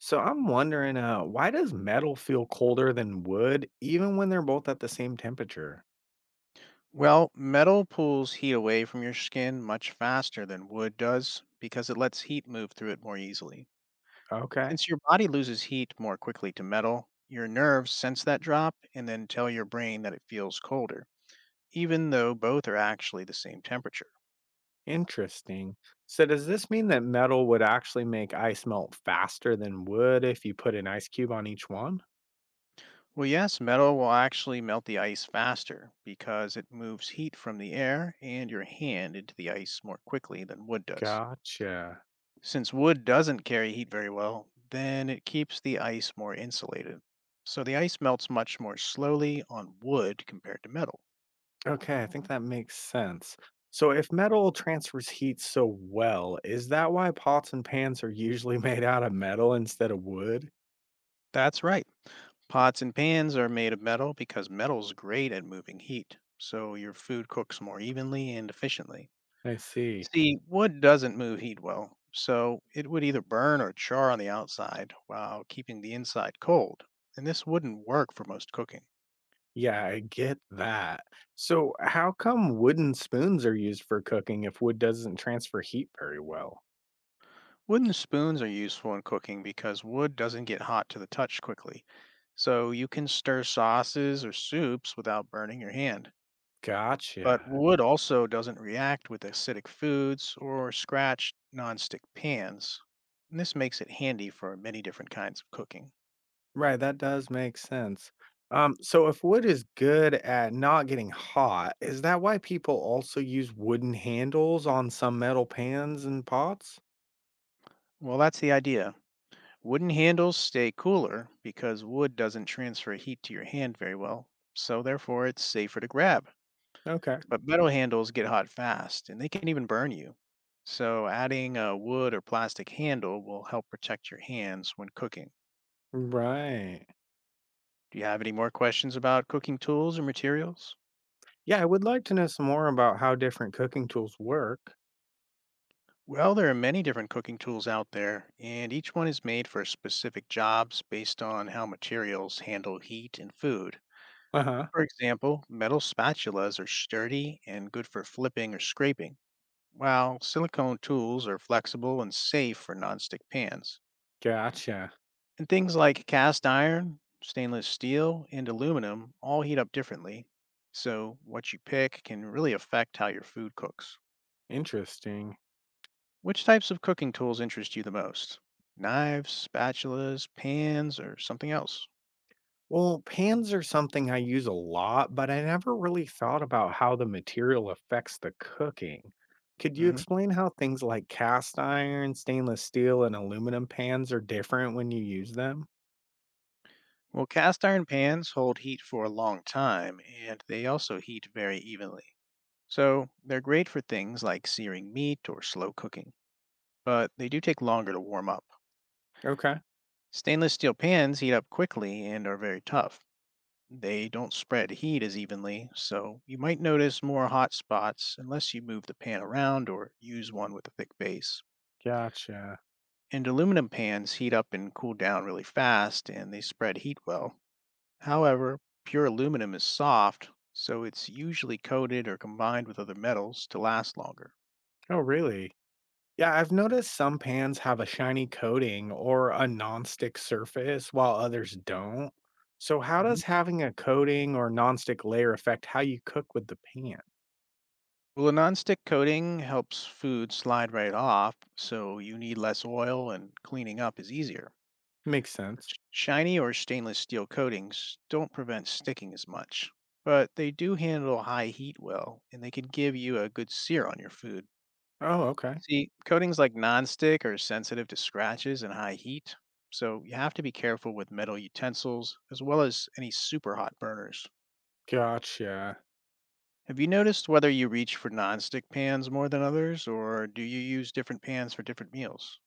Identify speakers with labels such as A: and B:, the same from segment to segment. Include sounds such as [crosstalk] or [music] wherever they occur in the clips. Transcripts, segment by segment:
A: So I'm wondering, why does metal feel colder than wood even when they're both at the same temperature?
B: Well, metal pulls heat away from your skin much faster than wood does because it lets heat move through it more easily.
A: Okay,
B: Since your body loses heat more quickly to metal, your nerves sense that drop and then tell your brain that it feels colder, even though both are actually the same temperature.
A: interesting. So does this mean that metal would actually make ice melt faster than wood if you put an ice cube on each one?
B: Well, yes, metal will actually melt the ice faster because it moves heat from the air and your hand into the ice more quickly than wood does.
A: Gotcha.
B: Since wood doesn't carry heat very well, then it keeps the ice more insulated. So the ice melts much more slowly on wood compared to metal.
A: Okay, I think that makes sense. So if metal transfers heat so well, is that why pots and pans are usually [laughs] made out of metal instead of wood?
B: That's right. Pots and pans are made of metal because metal's great at moving heat, so your food cooks more evenly and efficiently.
A: I see.
B: See, wood doesn't move heat well, so it would either burn or char on the outside while keeping the inside cold, and this wouldn't work for most cooking.
A: Yeah, I get that. So, how come wooden spoons are used for cooking if wood doesn't transfer heat very well?
B: Wooden spoons are useful in cooking because wood doesn't get hot to the touch quickly. So you can stir sauces or soups without burning your hand. But
A: Gotcha.
B: wood also doesn't react with acidic foods or scratch nonstick pans. And this makes it handy for many different kinds of cooking.
A: Right, that does make sense. So if wood is good at not getting hot, is that why people also use wooden handles on some metal pans and pots?
B: Well, that's the idea. Wooden handles stay cooler because wood doesn't transfer heat to your hand very well, so therefore it's safer to grab.
A: Okay.
B: But metal handles get hot fast and they can even burn you. So adding a wood or plastic handle will help protect your hands when cooking.
A: Right.
B: Do you have any more questions about cooking tools or materials?
A: Yeah, I would like to know some more about how different cooking tools work.
B: Well, there are many different cooking tools out there, and each one is made for specific jobs based on how materials handle heat and food.
A: Uh-huh.
B: For example, metal spatulas are sturdy and good for flipping or scraping, while silicone tools are flexible and safe for nonstick pans.
A: Gotcha.
B: And things like cast iron, stainless steel, and aluminum all heat up differently. So, what you pick can really affect how your food cooks.
A: Interesting.
B: Which types of cooking tools interest you the most? Knives, spatulas, pans, or something else?
A: Well, pans are something I use a lot, but I never really thought about how the material affects the cooking. Could you
B: Hmm.
A: explain how things like cast iron, stainless steel, and aluminum pans are different when you use them?
B: Well, cast iron pans hold heat for a long time and they also heat very evenly. So, they're great for things like searing meat or slow cooking, but they do take longer to warm up.
A: Okay,
B: Stainless steel pans heat up quickly and are very tough. They don't spread heat as evenly, so you might notice more hot spots unless you move the pan around or use one with a thick base.
A: gotcha.
B: And aluminum pans heat up and cool down really fast and they spread heat well. However, pure aluminum is soft, so it's usually coated or combined with other metals to last longer.
A: Oh, really? Yeah, I've noticed some pans have a shiny coating or a nonstick surface while others don't. So, how
B: Mhm.
A: does having a coating or nonstick layer affect how you cook with the pan?
B: Well, a nonstick coating helps food slide right off, so you need less oil and cleaning up is easier.
A: Makes sense.
B: Shiny or stainless steel coatings don't prevent sticking as much, but they do handle high heat well and they can give you a good sear on your food.
A: Oh, okay.
B: See, coatings like nonstick are sensitive to scratches and high heat, so you have to be careful with metal utensils as well as any super hot burners.
A: Gotcha.
B: Have you noticed whether you reach for nonstick pans more than others, or do you use different pans for different meals?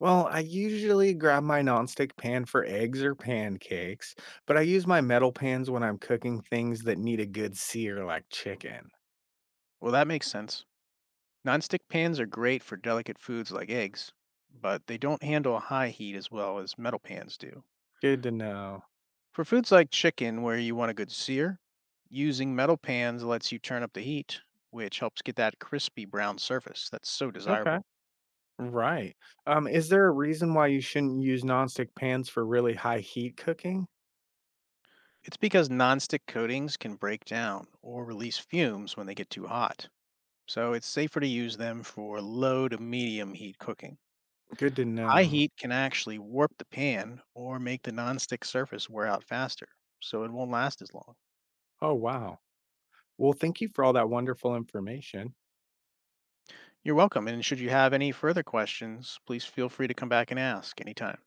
A: Well, I usually grab my nonstick pan for eggs or pancakes, but I use my metal pans when I'm cooking things that need a good sear like chicken.
B: Well, that makes sense. Nonstick pans are great for delicate foods like eggs, but they don't handle high heat as well as metal pans do.
A: Good to know.
B: For foods like chicken, where you want a good sear, using metal pans lets you turn up the heat, which helps get that crispy brown surface that's so
A: Okay.
B: desirable.
A: Right. Is there a reason why you shouldn't use nonstick pans for really high heat cooking?
B: It's because nonstick coatings can break down or release fumes when they get too hot, so it's safer to use them for low to medium heat cooking.
A: Good to
B: High
A: know.
B: heat can actually warp the pan or make the nonstick surface wear out faster, so it won't last as long.
A: Oh, wow. Well, thank you for all that wonderful information.
B: You're welcome, and should you have any further questions, please feel free to come back and ask anytime.